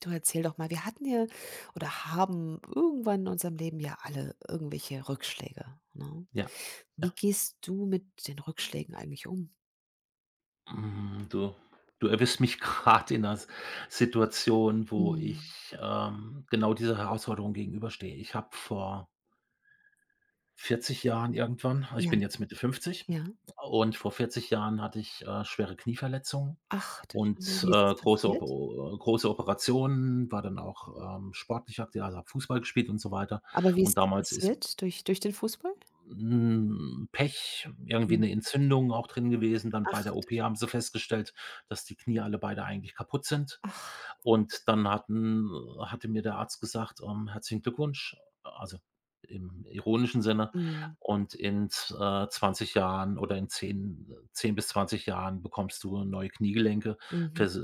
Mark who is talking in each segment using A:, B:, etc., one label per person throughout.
A: Du erzähl doch mal, wir hatten ja oder haben irgendwann in unserem Leben ja alle irgendwelche Rückschläge, ne?
B: Ja,
A: Wie
B: ja.
A: gehst du mit den Rückschlägen eigentlich um?
B: Hm, du du erwischst mich gerade in einer S Situation, wo
A: Mhm.
B: ich, genau dieser Herausforderung gegenüberstehe. Ich habe vor 40 Jahren irgendwann also, ich
A: Ja,
B: bin jetzt Mitte 50,
A: ja.
B: und vor 40 Jahren hatte ich, schwere Knieverletzungen
A: Ach du Schande,
B: und,
A: wie ist es
B: große
A: passiert?
B: Opo große Operationen, war dann auch, sportlich aktiv, also, habe Fußball gespielt und so weiter.
A: Aber wie
B: Und
A: ist es
B: damals ist
A: passiert? Durch den Fußball?
B: Pech, irgendwie
A: Mhm.
B: eine Entzündung auch drin gewesen. Dann bei
A: Ach
B: der
A: du
B: OP
A: Sch
B: haben sie festgestellt, dass die Knie alle beide eigentlich kaputt sind.
A: ach,
B: Und dann hatte mir der Arzt gesagt: „Herzlichen Glückwunsch", also im ironischen Sinne.
A: mhm,
B: „Und in z 20 Jahren oder in 10 bis 20 Jahren bekommst du neue Kniegelenke.
A: mhm,
B: Vers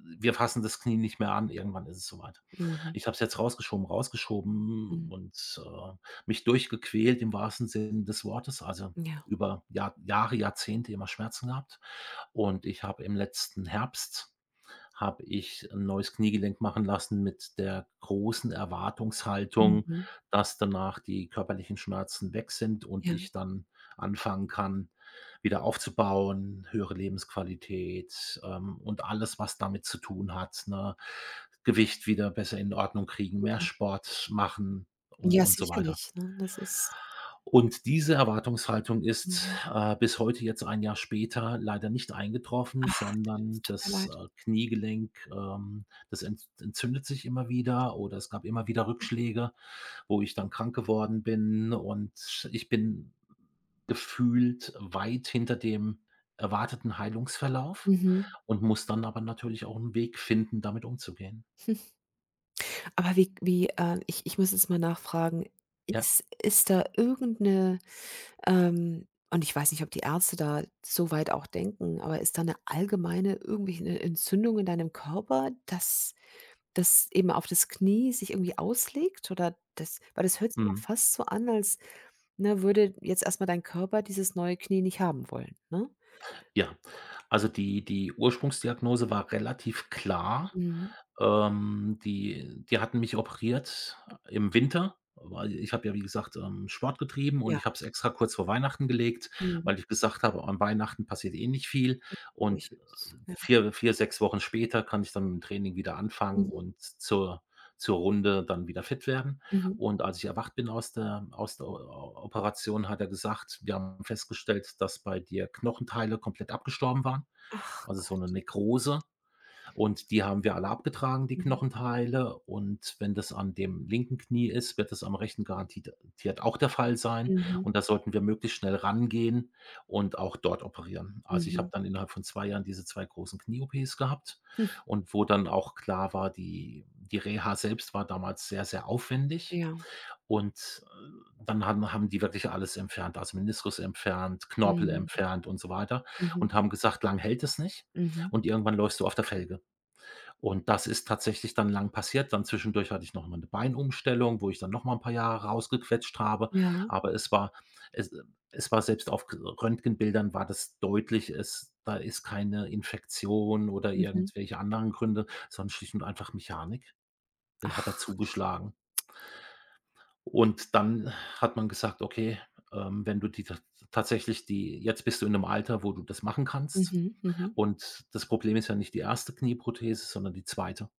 B: wir fassen das Knie nicht mehr an, irgendwann ist es soweit.
A: mhm,
B: Ich habe es jetzt rausgeschoben, rausgeschoben
A: mhm.
B: und, mich durchgequält im wahrsten Sinne des Wortes, also
A: Ja,
B: über Jahre, Jahrzehnte immer Schmerzen gehabt. Und ich habe im letzten Herbst habe ich ein neues Kniegelenk machen lassen mit der großen Erwartungshaltung,
A: mhm,
B: dass danach die körperlichen Schmerzen weg sind und
A: ja,
B: ich dann anfangen kann, wieder aufzubauen, höhere Lebensqualität, und alles, was damit zu tun hat, ne? Gewicht wieder besser in Ordnung kriegen, mehr
A: mhm.
B: Sport machen und
A: Ja,
B: und so weiter.
A: sicherlich, ne? Das ist
B: Und diese Erwartungshaltung ist,
A: mhm.
B: bis heute, jetzt ein Jahr später, leider nicht eingetroffen,
A: Ach, das
B: sondern
A: tut mir
B: das,
A: leid.
B: Kniegelenk, das entzündet sich immer wieder oder es gab immer wieder Rückschläge, wo ich dann krank geworden bin und ich bin gefühlt weit hinter dem erwarteten Heilungsverlauf
A: Mhm.
B: und muss dann aber natürlich auch 'n Weg finden, damit umzugehen.
A: Aber wie, ich muss jetzt mal nachfragen,
B: Ja,
A: ist da irgend 'ne, ähm und ich weiß nicht, ob die Ärzte da so weit auch denken, aber ist da eine allgemeine irgendwelche eine Entzündung in deinem Körper, dass das eben auf das Knie sich irgendwie auslegt oder das, weil das hört sich ja
B: mhm.
A: fast so an, als, ne, würde jetzt erstmal dein Körper dieses neue Knie nicht haben wollen, ne?
B: Ja, also die Ursprungsdiagnose war relativ klar.
A: Mhm.
B: Die hatten mich operiert im Winter, weil ich habe ja, wie gesagt, Sport getrieben und
A: Ja.
B: ich habe es extra kurz vor Weihnachten gelegt,
A: Mhm.
B: weil ich gesagt habe, an Weihnachten passiert eh nicht viel und
A: Durchaus. Ja.
B: vier sechs Wochen später kann ich dann mit dem Training wieder anfangen
A: Mhm.
B: und zur Runde dann wieder fit werden.
A: Mhm.
B: Und als ich erwacht bin aus der O O Operation, hat er gesagt: „Wir haben festgestellt, dass bei dir Knochenteile komplett abgestorben waren,
A: Ach
B: also so eine
A: Gott.
B: Nekrose." Und die haben wir alle abgetragen, die
A: Mhm.
B: Knochenteile. Und wenn das an dem linken Knie ist, wird das am rechten garantiert auch der Fall sein.
A: Mhm.
B: Und da sollten wir möglichst schnell rangehen und auch dort operieren. Also, ich habe
A: Mhm.
B: dann innerhalb von 2 Jahren diese 2 großen Knie-OPs gehabt
A: Hm.
B: und wo dann auch klar war, die Reha selbst war damals sehr, sehr aufwendig.
A: Ja.
B: Und, dann haben die wirklich alles entfernt, also Meniskus entfernt, Knorpel
A: Mhm.
B: entfernt und so weiter,
A: Mhm.
B: und haben gesagt: „Lang hält es nicht
A: Mhm.
B: und irgendwann läufst du auf der Felge." Und das ist tatsächlich dann lang passiert. Dann zwischendurch hatte ich noch mal 'ne Beinumstellung, wo ich dann noch mal 'n paar Jahre rausgequetscht habe.
A: Ja.
B: Aber es war, es äh, es war, selbst auf g Röntgenbildern war das deutlich, es da ist keine Infektion oder
A: Mhm.
B: irgendwelche anderen Gründe, sondern schlicht und einfach Mechanik, hat da
A: Ach.
B: zugeschlagen. Und dann hat man gesagt: „Okay, wenn du die ta tatsächlich die, jetzt bist du in 'nem Alter, wo du das machen kannst."
A: Mhm. Mhm.
B: Und das Problem ist ja nicht die erste Knieprothese, sondern die zweite.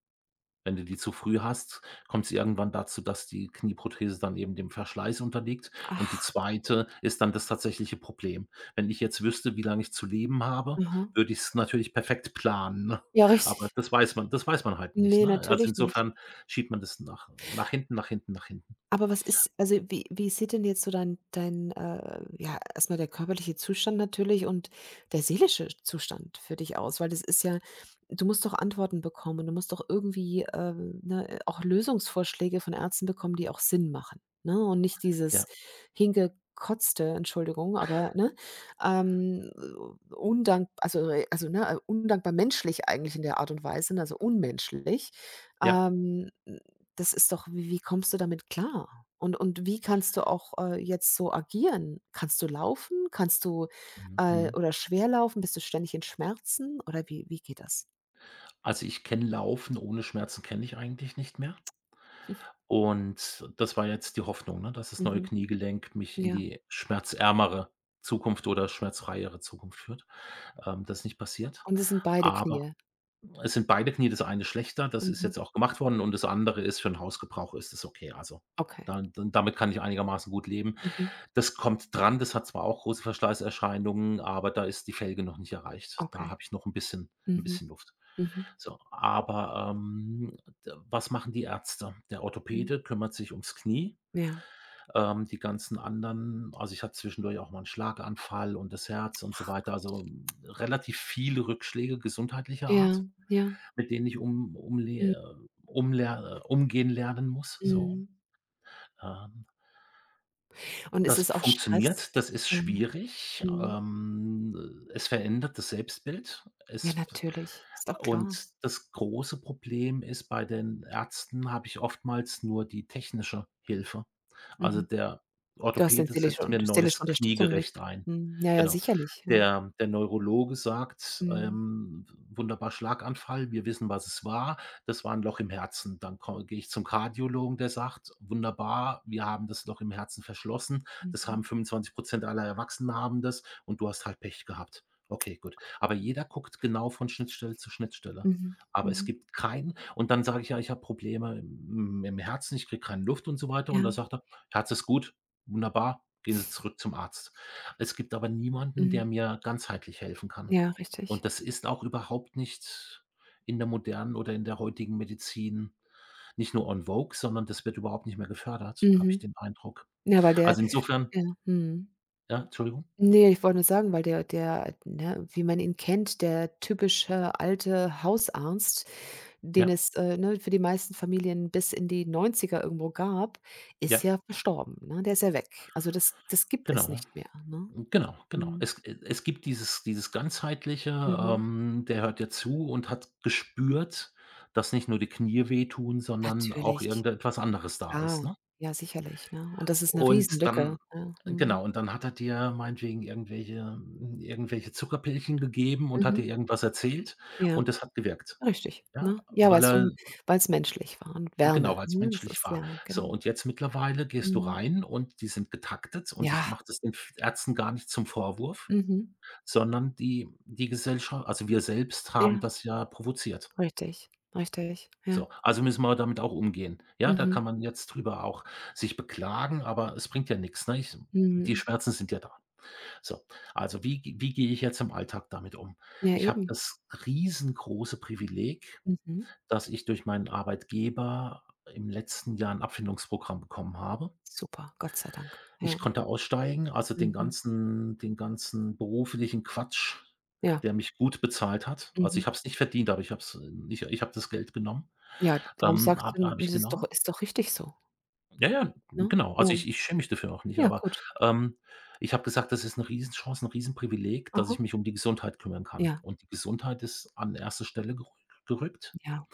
B: Wenn du die zu früh hast, kommt es irgendwann dazu, dass die Knieprothese dann eben dem Verschleiß unterliegt und die
A: Ach.
B: zweite ist dann das tatsächliche Problem. Wenn ich jetzt wüsste, wie lange ich zu leben habe,
A: Aha.
B: würde ich es natürlich perfekt planen, ne?
A: Ja,
B: Aber
A: richtig.
B: das weiß man halt nicht,
A: Ne,
B: ne? Also,
A: natürlich nicht.
B: insofern schiebt man das nach hinten, nach hinten, nach hinten.
A: Aber was ist, also, wie sieht denn jetzt so dein, ja, erstmal der körperliche Zustand natürlich und der seelische Zustand für dich aus? Weil das ist ja, du musst doch Antworten bekommen und du musst doch irgendwie, ne, auch Lösungsvorschläge von Ärzten bekommen, die auch Sinn machen, ne? Und nicht dieses
B: Ja,
A: hingekotzte, Entschuldigung, aber, ne, ähm, undank also, ne, undankbar menschlich eigentlich in der Art und Weise, ne, also unmenschlich.
B: ja.
A: Ähm das ist doch, wie kommst du damit klar? Und wie kannst du auch, jetzt so agieren? Kannst du laufen? Kannst du,
B: Mhm, mhm.
A: oder schwer laufen? Bist du ständig in Schmerzen oder wie geht das?
B: Also, ich kenne Laufen ohne Schmerzen kenne ich eigentlich nicht mehr. Und das war jetzt die Hoffnung, ne, dass das neue
A: Mhm,
B: Kniegelenk mich in
A: ja.
B: die schmerzärmere Zukunft oder schmerzfreiere Zukunft führt. Das ist nicht passiert.
A: Und es sind beide
B: Aber
A: Knie?
B: es sind beide Knie, das eine schlechter, das ist
A: Mhm.
B: jetzt auch gemacht worden und das andere ist, für den Hausgebrauch ist es okay. Also,
A: Okay.
B: da damit kann ich einigermaßen gut leben.
A: Mhm.
B: Das kommt dran, das hat zwar auch große Verschleißerscheinungen, aber da ist die Felge noch nicht erreicht. Da
A: Okay.
B: habe ich noch 'n
A: Mhm.
B: bisschen Luft.
A: Mhm.
B: So, aber, d was machen die Ärzte? Der
A: Mhm.
B: Orthopäde kümmert sich ums Knie,
A: Ja.
B: die ganzen anderen, also, ich hatte zwischendurch auch mal 'n Schlaganfall und das Herz und so weiter, also, relativ viele Rückschläge gesundheitlicher
A: Ja,
B: Art,
A: ja.
B: mit denen ich um umle
A: Mhm.
B: umler umgehen lernen muss, so rum.
A: Mhm.
B: Ähm
A: Und ist
B: Das
A: es auch Stress?
B: funktioniert, das ist
A: Ja.
B: schwierig.
A: Mhm.
B: Es verändert das Selbstbild.
A: Ja,
B: Es
A: natürlich. Ist doch
B: und
A: klar.
B: das große Problem ist, bei den Ärzten habe ich oftmals nur die technische Hilfe. Also,
A: Mhm.
B: der
A: Du hast denn
B: Orthopäde setzt mir 'n
A: Seelische
B: neues
A: Unterstützung nicht?
B: Kniegerecht ein.
A: Mhm. Ja, ja,
B: Genau.
A: sicherlich, ja.
B: Der Neurologe sagt:
A: Mhm.
B: „Wunderbar, Schlaganfall. Wir wissen, was es war. Das war ein Loch im Herzen." Dann ko gehe ich zum Kardiologen, der sagt: „Wunderbar, wir haben das Loch im Herzen verschlossen. Das
A: Mhm.
B: haben 25 aller Erwachsenen haben das und du hast halt Pech gehabt. Okay, gut. Aber jeder guckt genau von Schnittstelle zu Schnittstelle."
A: Mhm.
B: Aber es
A: Mhm.
B: gibt keinen und dann sage ich: „Ja, ich habe Probleme im Herzen, ich kriege keine Luft" und so weiter. Und da
A: Ja.
B: sagt er: „Herz ist gut, wunderbar, gehen Sie zurück zum Arzt." Es gibt aber niemanden,
A: Mhm.
B: der mir ganzheitlich helfen kann.
A: Ja, richtig.
B: Und das ist auch überhaupt nicht in der modernen oder in der heutigen Medizin nicht nur on vogue, sondern das wird überhaupt nicht mehr gefördert, habe ich
A: Mhm.
B: den Eindruck.
A: Ja, weil der,
B: Also, insofern,
A: ja, mhm.
B: ja, Entschuldigung?
A: Ne, ich wollte nur sagen, weil der der, ne, wie man ihn kennt, der typische alte Hausarzt, den
B: Ja,
A: es, ne, für die meisten Familien bis in die Neunziger irgendwo gab, ist
B: ja,
A: ja verstorben, ne? Der ist ja weg. Also, das das gibt es
B: genau.
A: nicht mehr, ne?
B: Genau, genau.
A: Mhm.
B: Es gibt dieses ganzheitliche,
A: Mhm.
B: der hört dir zu und hat gespürt, dass nicht nur die Knie wehtun, sondern auch
A: Natürlich,
B: irgendetwas anderes da
A: klar.
B: ist, ne?
A: Ja, sicherlich, ne? Und das ist 'ne
B: Und
A: Riesenlücke,
B: dann,
A: ja. Mhm.
B: genau, und dann hat er dir meinetwegen irgendwelche Zuckerpillchen gegeben und hat dir
A: Mhm.
B: irgendwas erzählt
A: Ja.
B: und das hat gewirkt,
A: Richtig,
B: ja,
A: ne? Ja,
B: weil
A: weil's so
B: er
A: 'n weil's menschlich war und
B: und
A: Wärme,
B: genau, weil es
A: ne? Das
B: menschlich
A: ist
B: war.
A: ja
B: So,
A: genau.
B: und jetzt mittlerweile gehst du
A: Mhm.
B: rein und die sind getaktet und ich
A: Ja,
B: mache das den F Ärzten gar nicht zum Vorwurf,
A: mhm.
B: sondern die Gesellschaft, also wir selbst haben
A: Ja,
B: das ja provoziert.
A: richtig, richtig, ja.
B: So, also müssen wir damit auch umgehen. Ja, da
A: Mhm,
B: kann man jetzt drüber auch sich beklagen, aber es bringt ja nichts, ne? Ich Die
A: mhm.
B: Schmerzen sind ja da. So, also wie gehe ich jetzt im Alltag damit um?
A: Ja,
B: Ich habe
A: eben.
B: das riesengroße Privileg,
A: Mhm.
B: dass ich durch meinen Arbeitgeber im letzten Jahr ein Abfindungsprogramm bekommen habe.
A: Super, Gott sei Dank. Ja,
B: Ich konnte aussteigen, also,
A: mhm.
B: den ganzen beruflichen Quatsch,
A: Ja,
B: der mich gut bezahlt hat. Also,
A: mhm.
B: ich habe es nicht verdient, aber ich habe es. Ich habe das Geld genommen.
A: Ja, warum
B: Ähm,
A: sagst du
B: habe
A: denn,
B: habe ich
A: das ist doch
B: genommen.
A: ist doch richtig so,
B: Ja, ja,
A: ne?
B: genau.
A: Ja,
B: Also, ich schäme mich dafür auch nicht,
A: ja,
B: aber,
A: gut.
B: ähm, ich habe gesagt, das ist 'ne Riesenchance, 'n Riesenprivileg, dass
A: Aha.
B: ich mich um die Gesundheit kümmern kann.
A: Ja,
B: Und die Gesundheit ist an erste Stelle gerückt.
A: ja.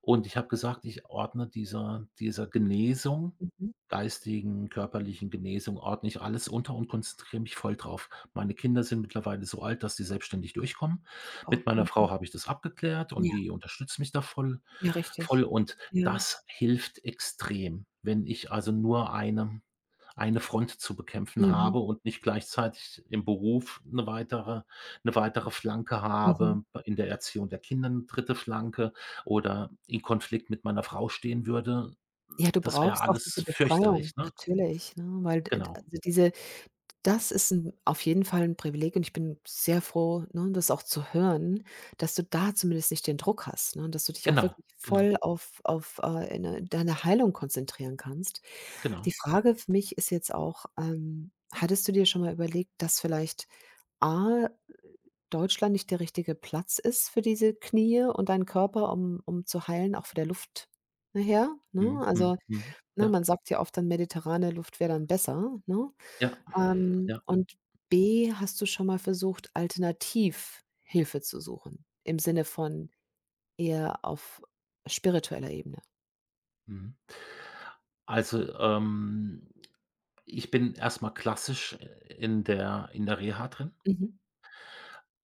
B: Und ich habe gesagt, ich ordne dieser Genesung,
A: Mhm.
B: geistigen, körperlichen Genesung ordne ich alles unter und konzentriere mich voll drauf. Meine Kinder sind mittlerweile so alt, dass sie selbstständig durchkommen.
A: Super.
B: Mit meiner
A: Mhm.
B: Frau habe ich das abgeklärt und
A: Ja,
B: die unterstützt mich da
A: ja,
B: voll
A: richtig.
B: und
A: Ja.
B: das hilft extrem, wenn ich also nur eine Front zu bekämpfen
A: Mhm,
B: habe und nicht gleichzeitig im Beruf eine weitere Flanke
A: mhm.
B: habe, in der Erziehung der Kinder eine dritte Flanke oder in Konflikt mit meiner Frau stehen würde,
A: Ja, du
B: das wäre
A: brauchst auch diese
B: alles
A: Befreiung,
B: fürchterlich, ne?
A: natürlich, ne, weil d d
B: Genau,
A: also, diese, das ist ein, auf jeden Fall, ein Privileg und ich bin sehr froh, ne, das auch zu hören, dass du da zumindest nicht den Druck hast, ne, dass du dich auch
B: genau,
A: wirklich
B: genau,
A: voll auf, eine deine Heilung konzentrieren kannst.
B: genau.
A: Die Frage für mich ist jetzt auch, hattest du dir schon mal überlegt, dass vielleicht A, Deutschland nicht der richtige Platz ist für diese Knie und deinen Körper, um um zu heilen, auch für der Luft her, ne?
B: Mhm, mhm,
A: Also,
B: mhm.
A: ne,
B: Ja,
A: man sagt ja oft dann, mediterrane Luft wäre dann besser, ne?
B: ja, ja.
A: Und B, hast du schon mal versucht, alternativ Hilfe zu suchen, im Sinne von eher auf spiritueller Ebene?
B: Mhm. Also, ich bin erst mal klassisch in der Reha drin.
A: Mhm,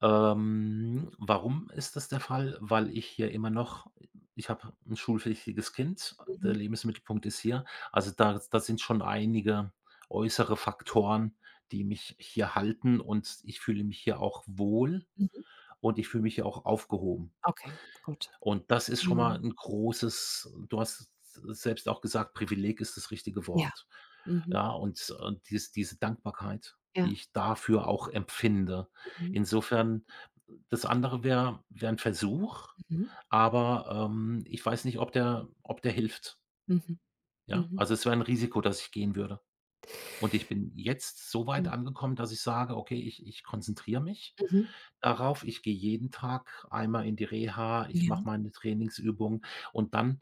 B: Warum ist das der Fall? Weil ich hier immer noch, ich habe ein schulpflichtiges Kind,
A: mhm,
B: der Lebensmittelpunkt ist hier. Also, da sind schon einige äußere Faktoren, die mich hier halten und ich fühle mich hier auch wohl
A: mhm.
B: und ich fühle mich hier auch aufgehoben.
A: Okay, gut.
B: Und das ist schon mal
A: Mhm.
B: ein großes, du hast selbst auch gesagt, Privileg ist das richtige
A: Ja,
B: Wort.
A: mhm,
B: Ja, und diese Dankbarkeit,
A: ja,
B: die ich dafür auch empfinde.
A: mhm,
B: Insofern, das andere wäre ein Versuch,
A: mhm,
B: aber, ich weiß nicht, ob der hilft,
A: mhm,
B: ja?
A: mhm,
B: Also, es wäre ein Risiko, dass ich gehen würde. Und ich bin jetzt so weit
A: mhm,
B: angekommen, dass ich sage: „Okay, ich konzentriere mich
A: mhm,
B: darauf. Ich gehe jeden Tag einmal in die Reha, ich mache
A: ja.
B: meine Trainingsübungen." Und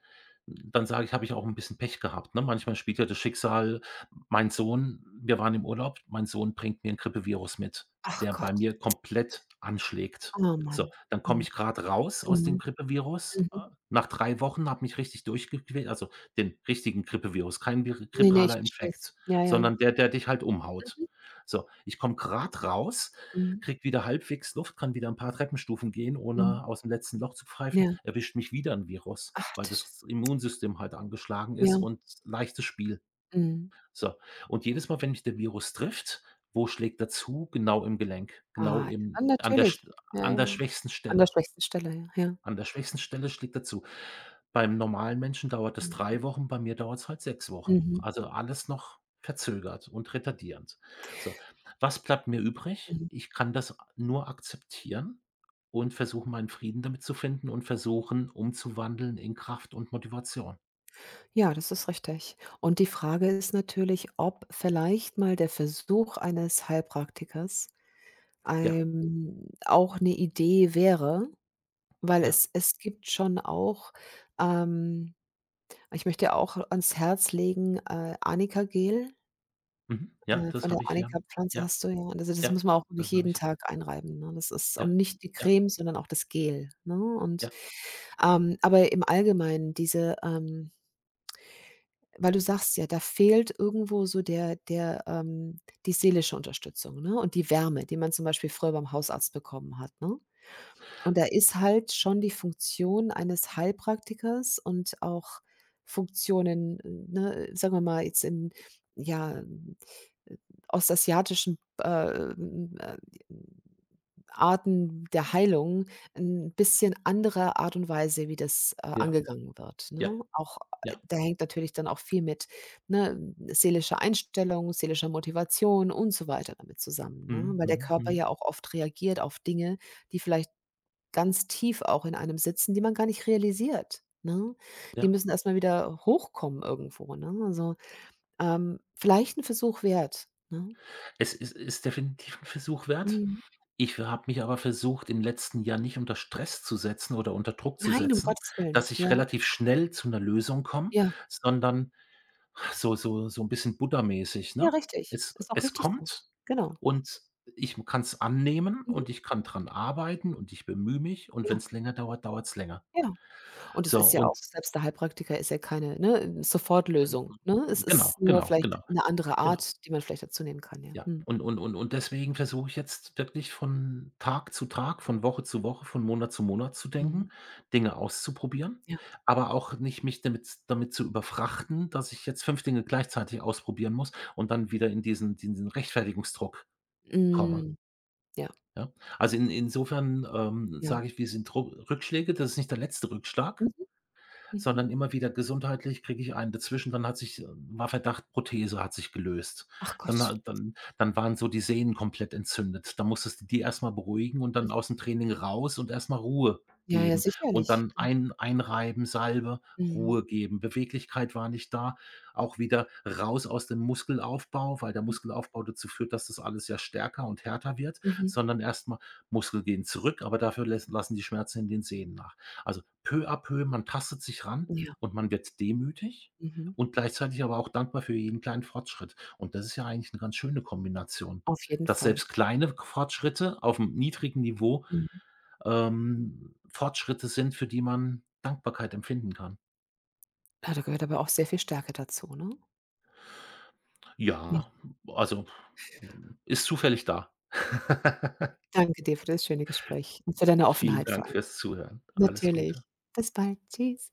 B: dann sage ich, habe ich auch ein bisschen Pech gehabt, ne? Manchmal spielt ja das Schicksal, mein Sohn, wir waren im Urlaub, mein Sohn bringt mir ein Grippevirus mit,
A: Ach
B: der bei
A: Gott,
B: mir komplett anschlägt.
A: oh
B: So,
A: Mann.
B: dann komme
A: Mhm,
B: ich gerade raus aus dem
A: mhm,
B: Grippevirus,
A: mhm.
B: nach 3 Wochen, habe mich richtig durchgequält, also, den richtigen Grippevirus, kein vir
A: Ne, ne, ich
B: grippaler
A: verstehe es.
B: Infekt,
A: Ja, ja.
B: sondern der, der dich halt umhaut.
A: Mhm,
B: So, ich komme grad raus,
A: mhm,
B: kriege wieder halbwegs Luft, kann wieder ein paar Treppenstufen gehen,
A: mhm.
B: ohne aus dem letzten Loch zu pfeifen,
A: Ja.
B: erwischt mich wieder ein Virus,
A: Ach,
B: weil
A: das,
B: das Immunsystem halt angeschlagen ist
A: ja,
B: und leichtes Spiel.
A: mhm.
B: So, und jedes Mal, wenn mich der Virus trifft, wo schlägt er zu? Genau im Gelenk, genau
A: Ah, ja,
B: im an der
A: natürlich.
B: sch
A: Ja,
B: an
A: ja.
B: der schwächsten
A: An der
B: Stelle.
A: schwächsten Stelle, ja, ja.
B: An der schwächsten Stelle schlägt er zu. Beim normalen Menschen dauert es
A: Mhm.
B: 3 Wochen, bei mir dauert es halt 6 Wochen.
A: Mhm,
B: Also, alles noch verzögert und retardierend. So, was bleibt mir übrig?
A: mhm.
B: Ich kann das nur akzeptieren und versuchen, meinen Frieden damit zu finden und versuchen, umzuwandeln in Kraft und Motivation.
A: Ja, das ist richtig. Und die Frage ist natürlich, ob vielleicht mal der Versuch eines Heilpraktikers,
B: Ja,
A: auch 'ne Idee wäre, weil
B: ja,
A: es gibt schon auch, ähm, ich möchte auch ans Herz legen, Anika-Gel,
B: mhm, ja,
A: von
B: das
A: der
B: habe ich, ja.
A: Anika-Pflanze
B: Ja,
A: hast du ja, also, das
B: ja,
A: muss man auch wirklich
B: das habe
A: jeden
B: ich.
A: Tag einreiben, ne? Das ist,
B: Ja,
A: und nicht die
B: ja,
A: Creme, sondern auch das Gel, ne? Und
B: ja,
A: Aber im Allgemeinen diese, weil du sagst ja, da fehlt irgendwo so der, die seelische Unterstützung, ne, und die Wärme, die man zum Beispiel früher beim Hausarzt bekommen hat, ne? Und da ist halt schon die Funktion eines Heilpraktikers und auch Funktionen, ne, sagen wir mal jetzt in, ja, äh, ostasiatischen, Arten der Heilung, 'n bisschen andere Art und Weise, wie das,
B: ja,
A: angegangen wird,
B: ja,
A: ne? Auch,
B: ja.
A: da hängt natürlich dann auch viel mit, ne, seelischer Einstellung, seelischer Motivation und so weiter damit zusammen, ne?
B: Mhm,
A: Weil der
B: mhm,
A: Körper
B: mhm,
A: ja auch oft reagiert auf Dinge, die vielleicht ganz tief auch in einem sitzen, die man gar nicht realisiert, ne? Die
B: ja.
A: müssen erst mal wieder hochkommen irgendwo, ne? Also, vielleicht 'n Versuch wert, ne?
B: Es ist definitiv ein Versuch wert.
A: Mhm.
B: Ich habe mich aber versucht, im letzten Jahr nicht unter Stress zu setzen oder unter Druck zu
A: Nein, um
B: setzen,
A: Gottes Willen.
B: dass ich
A: Ja,
B: relativ schnell zu 'ner Lösung komme,
A: ja.
B: sondern so 'n bisschen buddhamäßig,
A: Ja,
B: ne?
A: richtig. Ist auch
B: Es
A: richtig so.
B: kommt
A: Genau.
B: und ich kann's annehmen
A: Mhm.
B: und ich kann dran arbeiten und ich bemühe mich und
A: Ja,
B: wenn's länger dauert, dauert's länger.
A: ja. Und es
B: So
A: ist ja auch,
B: und
A: selbst der Heilpraktiker ist ja keine, ne,
B: äh,
A: Sofortlösung, ne? Es
B: genau,
A: ist nur
B: genau,
A: vielleicht
B: genau,
A: 'ne andere
B: genau.
A: Art, die man vielleicht dazu nehmen kann, ja.
B: Ja,
A: Mhm.
B: und deswegen versuche ich jetzt wirklich von Tag zu Tag, von Woche zu Woche, von Monat zu denken,
A: Mhm.
B: Dinge auszuprobieren,
A: Ja.
B: aber auch nicht mich damit zu überfrachten, dass ich jetzt 5 Dinge gleichzeitig ausprobieren muss und dann wieder in diesen Rechtfertigungsdruck komme,
A: Hm, ja,
B: ja? Also, in insofern,
A: ja.
B: sage ich, wir sind Ru Rückschläge, das ist nicht der letzte Rückschlag,
A: Mhm, mhm.
B: sondern immer wieder gesundheitlich kriege ich einen dazwischen, dann hat sich, war Verdacht, Prothese hat sich gelöst.
A: Ach
B: Dann
A: Gott.
B: ha dann dann waren so die Sehnen komplett entzündet. Dann musstest du die erst mal beruhigen und dann
A: Mhm.
B: aus'm Training raus und erst mal Ruhe
A: Ja, ja,
B: geben und
A: sicherlich.
B: dann
A: Mhm.
B: einreiben, Salbe,
A: Mhm.
B: Ruhe geben. Beweglichkeit war nicht da, auch wieder raus aus dem Muskelaufbau, weil der
A: Mhm.
B: Muskelaufbau dazu führt, dass das alles ja stärker und härter wird,
A: Mhm.
B: sondern erst mal Muskel gehen zurück, aber dafür lässt lassen die Schmerzen in den Sehnen nach. Also, peu à peu, man tastet sich ran
A: Ja.
B: und man wird demütig
A: Mhm.
B: und gleichzeitig aber auch dankbar für jeden kleinen Fortschritt. Und das ist ja eigentlich eine ganz schöne Kombination,
A: Auf jeden
B: dass
A: Fall.
B: selbst kleine Fortschritte auf einem niedrigen Niveau,
A: Mhm.
B: Fortschritte sind, für die man Dankbarkeit empfinden kann.
A: Ja, da gehört aber auch sehr viel Stärke dazu, ne? Ja.
B: Ja, also, ist zufällig da.
A: Danke dir für das schöne Gespräch und für deine
B: Vielen
A: Offenheit vor
B: Dank
A: allem.
B: fürs Zuhören. Alles Gute.
A: Natürlich. Bis bald. Tschüss.